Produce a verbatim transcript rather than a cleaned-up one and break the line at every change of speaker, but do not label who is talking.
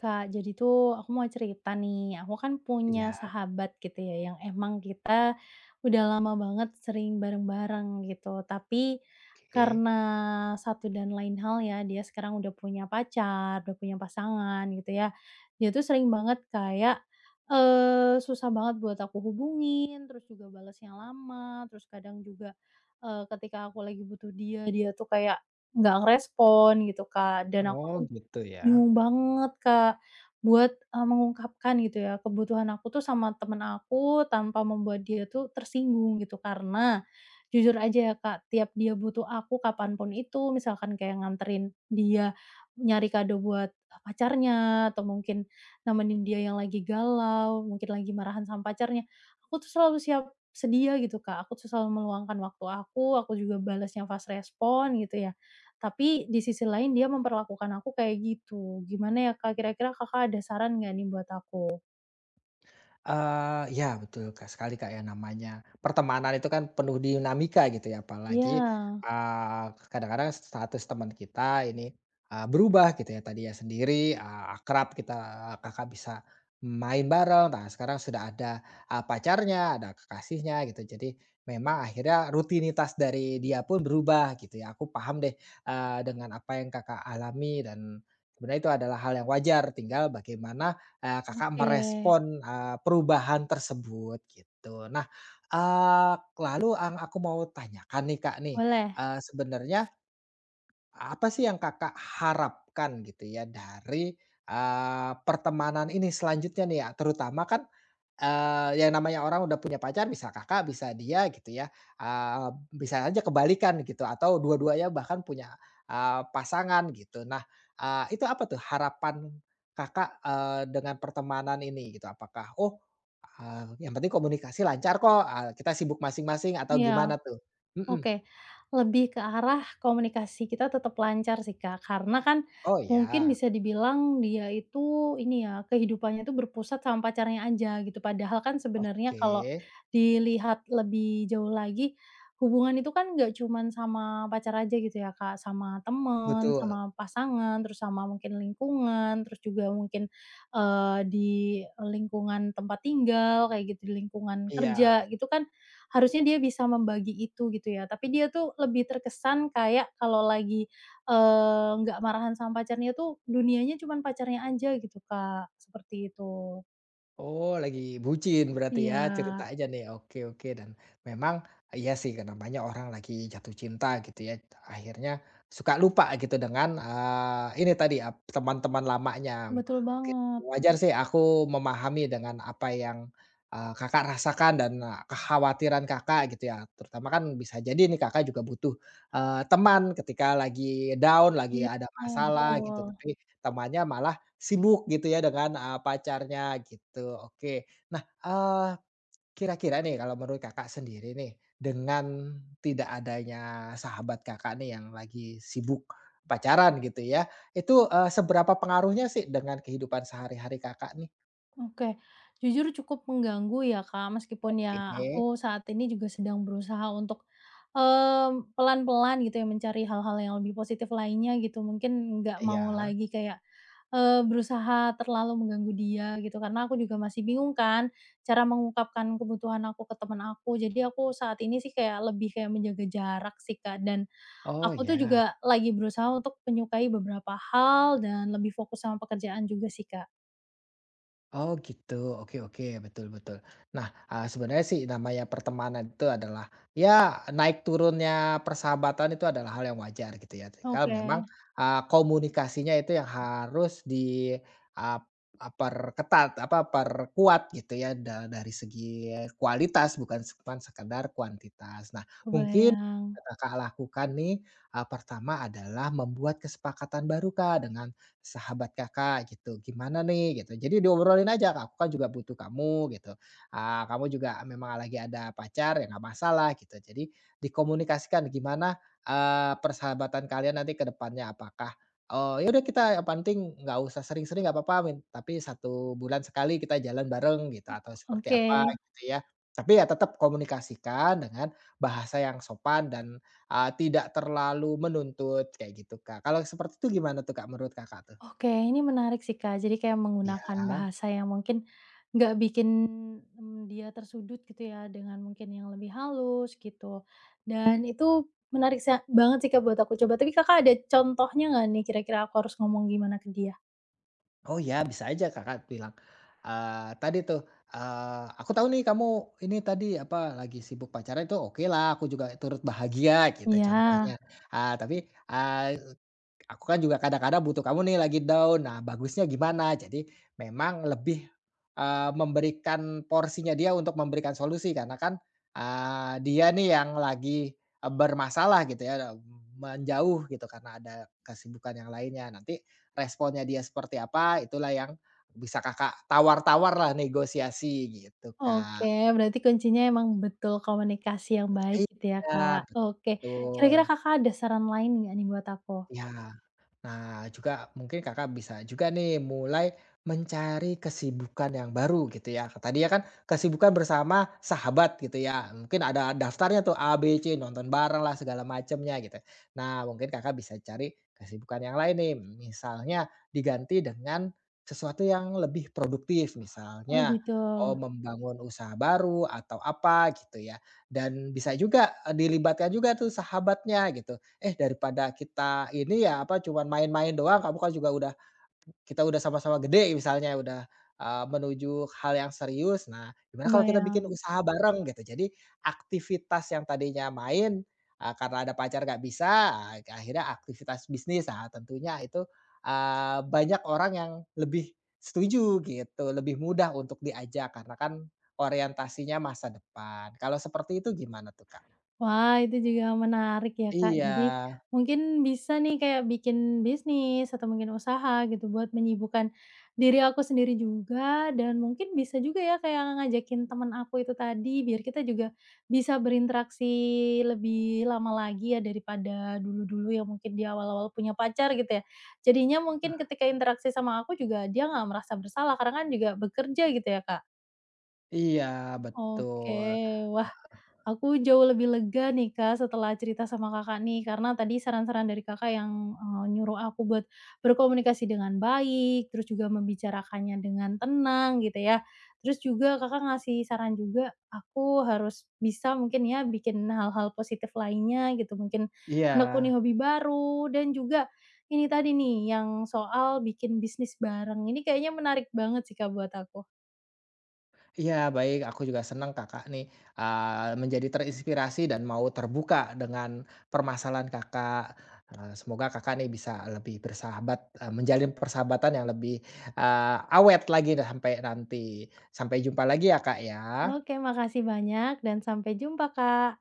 Kak, jadi tuh aku mau cerita nih. Aku kan punya
Iya,
sahabat gitu ya, yang emang kita udah lama banget sering bareng-bareng gitu. Tapi
oke.
karena satu dan lain hal ya, dia sekarang udah punya pacar, udah punya pasangan gitu ya. Dia tuh sering banget kayak eh susah banget buat aku hubungin, terus juga balasnya lama, terus kadang juga eh, ketika aku lagi butuh dia, dia tuh kayak nggak ngerespon gitu, Kak. Dan aku
Oh,
tuh
gitu ya.
bingung banget, Kak, buat, eee, mengungkapkan gitu ya kebutuhan aku tuh sama temen aku tanpa membuat dia tuh tersinggung gitu. Karena jujur aja ya, Kak, tiap dia butuh aku kapanpun itu, misalkan kayak nganterin dia nyari kado buat pacarnya atau mungkin nemenin dia yang lagi galau, mungkin lagi marahan sama pacarnya, aku tuh selalu siap sedia gitu, Kak. Aku tuh selalu meluangkan waktu aku, aku juga balasnya fast respon gitu ya. Tapi di sisi lain dia memperlakukan aku kayak gitu. Gimana ya, Kak, kira-kira Kakak ada saran nggak nih buat aku?
Eee, iya betul Kak, sekali Kak, ya namanya pertemanan itu kan penuh dinamika gitu ya
Iya,
apalagi, eee, kadang-kadang status teman kita ini, eee, berubah gitu ya tadi ya sendiri, eee, akrab kita Kakak bisa main bareng, nah sekarang sudah ada, eee, pacarnya, ada kekasihnya gitu jadi memang akhirnya rutinitas dari dia pun berubah gitu ya aku paham deh, eee, dengan apa yang Kakak alami dan sebenarnya itu adalah hal yang wajar tinggal bagaimana eee, Kakak
oke,
merespon, eee, perubahan tersebut gitu. Nah, eee, lalu yang aku mau tanyakan nih Kak nih,
boleh.
eee, sebenarnya apa sih yang Kakak harapkan gitu ya dari, eee, pertemanan ini selanjutnya nih ya? Terutama kan, eee, yang namanya orang udah punya pacar bisa Kakak, bisa dia gitu ya, eee, bisa aja kebalikan gitu atau dua-duanya bahkan punya, eee, pasangan gitu. Nah, eee, itu apa tuh harapan Kakak, eee, dengan pertemanan ini gitu? Apakah, "Oh, eee, yang penting komunikasi lancar kok, eee, kita sibuk masing-masing," atau
Iya.
gimana tuh? Mhm.
Oke, lebih ke arah komunikasi kita tetap lancar sih, Kak, karena kan
Oh
mungkin
ya,
bisa dibilang dia itu ini ya, kehidupannya itu berpusat sama pacarnya aja gitu, padahal kan sebenarnya
oke.
kalau dilihat lebih jauh lagi, hubungan itu kan nggak cuman sama pacar aja gitu ya, Kak, sama temen,
Betul,
sama pasangan, terus sama mungkin lingkungan, terus juga mungkin, eee, di lingkungan tempat tinggal kayak gitu, di lingkungan
iya.
kerja gitu kan harusnya dia bisa membagi itu gitu ya, tapi dia tuh lebih terkesan kayak kalau lagi, eee, nggak marahan sama pacarnya tuh dunianya cuman pacarnya aja gitu, Kak, seperti itu.
Oh, lagi bucin berarti ya
Iya,
ceritanya nih. Oke oke, dan memang iya sih namanya orang lagi jatuh cinta gitu ya, akhirnya suka lupa gitu dengan, eee, ini tadi ap teman-teman lamanya.
betul
Oke,
banget.
wajar sih aku memahami dengan apa yang, eee, Kakak rasakan dan, eee, kekhawatiran Kakak gitu ya, terutama kan bisa jadi nih Kakak juga butuh, eee, teman ketika lagi down, lagi ada
Iya,
masalah Iya. gitu,
betul.
tapi temannya malah Sibuk gitu ya dengan, eee, pacarnya gitu, oke. Nah, eee, kira-kira nih kalau menurut Kakak sendiri nih, dengan tidak adanya sahabat Kakak nih yang lagi sibuk pacaran gitu ya, itu, eee, seberapa pengaruhnya sih dengan kehidupan sehari-hari Kakak nih?
Oke, jujur cukup mengganggu ya, Kak, meskipun
Oke.
ya aku saat ini juga sedang berusaha untuk, mmm, pelan-pelan gitu ya mencari hal-hal yang lebih positif lainnya gitu, mungkin nggak
Oke,
mau
iya.
lagi kayak, eee, berusaha terlalu mengganggu dia gitu, karena aku juga masih bingung kan cara mengungkapkan kebutuhan aku ke teman aku. Jadi aku saat ini sih kayak lebih kayak menjaga jarak sih, Kak, dan
Oh,
aku tuh
ya.
juga lagi berusaha untuk menyukai beberapa hal dan lebih fokus sama pekerjaan juga sih, Kak.
Oh gitu, oke oke, betul betul. Nah, eee, sebenarnya sih namanya pertemanan itu adalah, ya naik turunnya persahabatan itu adalah hal yang wajar gitu ya, tinggal memang,
Oke.
eee, komunikasinya itu yang harus di, eee, eee, perketat, apa, perkuat gitu ya, da dari segi kualitas bukan cuman sekedar kuantitas. Nah, mungkin
Kebayang.
yang Kakak lakukan nih, eee, pertama adalah membuat kesepakatan baru Kak dengan Sahabat Kakak gitu, "Gimana nih?" gitu. Jadi diobrolin aja, kak "Aku kan juga butuh kamu," gitu, ah kamu juga memang lagi ada pacar, ya nggak masalah," gitu. Jadi dikomunikasikan gimana, eee, persahabatan kalian nanti ke depannya. Apakah, oh "Ya udah kita yang penting nggak usah sering-sering nggak apa-apa min tapi satu bulan sekali kita jalan bareng," gitu,
Oh,
atau seperti
oke.
apa gitu ya. Tapi ya tetap komunikasikan dengan bahasa yang sopan dan, eee, tidak terlalu menuntut kayak gitu, Kak. Kalau seperti itu gimana tuh, Kak, menurut Kakak tuh?
Oke, ini menarik sih, Kak. Jadi kayak
Iya.
menggunakan bahasa yang mungkin nggak bikin, mmm, dia tersudut gitu ya, dengan mungkin yang lebih halus gitu. Dan itu menarik sa banget sih, Kak, buat aku coba. Tapi Kakak ada contohnya nggak nih, kira-kira aku harus ngomong gimana ke dia?
Oh ya, bisa aja Kakak bilang, eee, tadi tuh, eee, "Aku tahu nih kamu ini tadi, apa, lagi sibuk pacaran itu oke lah, aku juga turut bahagia," gitu contohnya.
Ya,
Eee, tapi, eee Aku kan juga kadang-kadang butuh kamu nih lagi down. Nah, bagusnya gimana? Jadi memang lebih, eee, memberikan porsinya dia untuk memberikan solusi karena kan, eee, dia nih yang lagi, eee, bermasalah gitu ya, menjauh gitu karena ada kesibukan yang lainnya. Nanti responnya dia seperti apa, itulah yang bisa Kakak tawar tawar lah negosiasi gitu, Kak.
oke. Berarti kuncinya emang betul komunikasi yang baik gitu ya, Kak.
Iya,
Oke. Kira-kira
betul.
Kakak ada saran lain nggak nih buat aku?
Ya. Nah, juga mungkin Kakak bisa juga nih mulai mencari kesibukan yang baru gitu ya. Tadi ya kan kesibukan bersama sahabat gitu ya. Mungkin ada daftarnya tuh a b c, nonton bareng lah segala macemnya gitu. Nah, mungkin Kakak bisa cari kesibukan yang lain nih. Misalnya diganti dengan sesuatu yang lebih produktif.
Oh
Misalnya
gitu,
oh membangun usaha baru atau apa gitu ya. Dan bisa juga eh, dilibatkan juga tuh sahabatnya gitu Eh, daripada kita ini ya, apa, cuman main-main doang, kamu kan juga udah kita udah sama-sama gede misalnya, udah, eee, menuju hal yang serius. Nah, gimana kalau kita bikin
kebayang.
usaha bareng gitu. Jadi aktivitas yang tadinya main, eee, karena ada pacar nggak bisa, ah, akhirnya aktivitas bisnis. Nah, tentunya itu, eee, banyak orang yang lebih setuju gitu, lebih mudah untuk diajak karena kan orientasinya masa depan. Kalau seperti itu gimana tuh, Kak?
Wah, itu juga menarik ya, Kak.
Iya
Jadi mungkin bisa nih kayak bikin bisnis atau mungkin usaha gitu buat menyibukkan diri aku sendiri juga dan mungkin bisa juga ya kayak ngajakin teman aku itu tadi biar kita juga bisa berinteraksi lebih lama lagi ya daripada dulu-dulu yang mungkin di awal-awal punya pacar gitu ya. Jadinya mungkin ketika interaksi sama aku juga dia nggak merasa bersalah karena kan juga bekerja gitu ya, Kak.
iya,
Oke,
betul.
wah, aku jauh lebih lega nih Kak setelah cerita sama Kakak nih, karena tadi saran-saran dari Kakak yang, eee, nyuruh aku buat berkomunikasi dengan baik, terus juga membicarakannya dengan tenang gitu ya. Terus juga Kakak ngasih saran juga aku harus bisa mungkin ya bikin hal-hal positif lainnya gitu, mungkin
Iya
menekuni hobi baru dan juga ini tadi nih yang soal bikin bisnis bareng, ini kayaknya menarik banget sih Kak buat aku.
iya, baik, aku juga senang Kakak nih, eee, menjadi terinspirasi dan mau terbuka dengan permasalahan Kakak. Eee, semoga Kakak nih bisa lebih bersahabat, eee, menjalin persahabatan yang lebih, eee, awet lagi dah sampai nanti. Sampai jumpa lagi ya, Kak, ya.
Oke makasih banyak dan sampai jumpa Kak.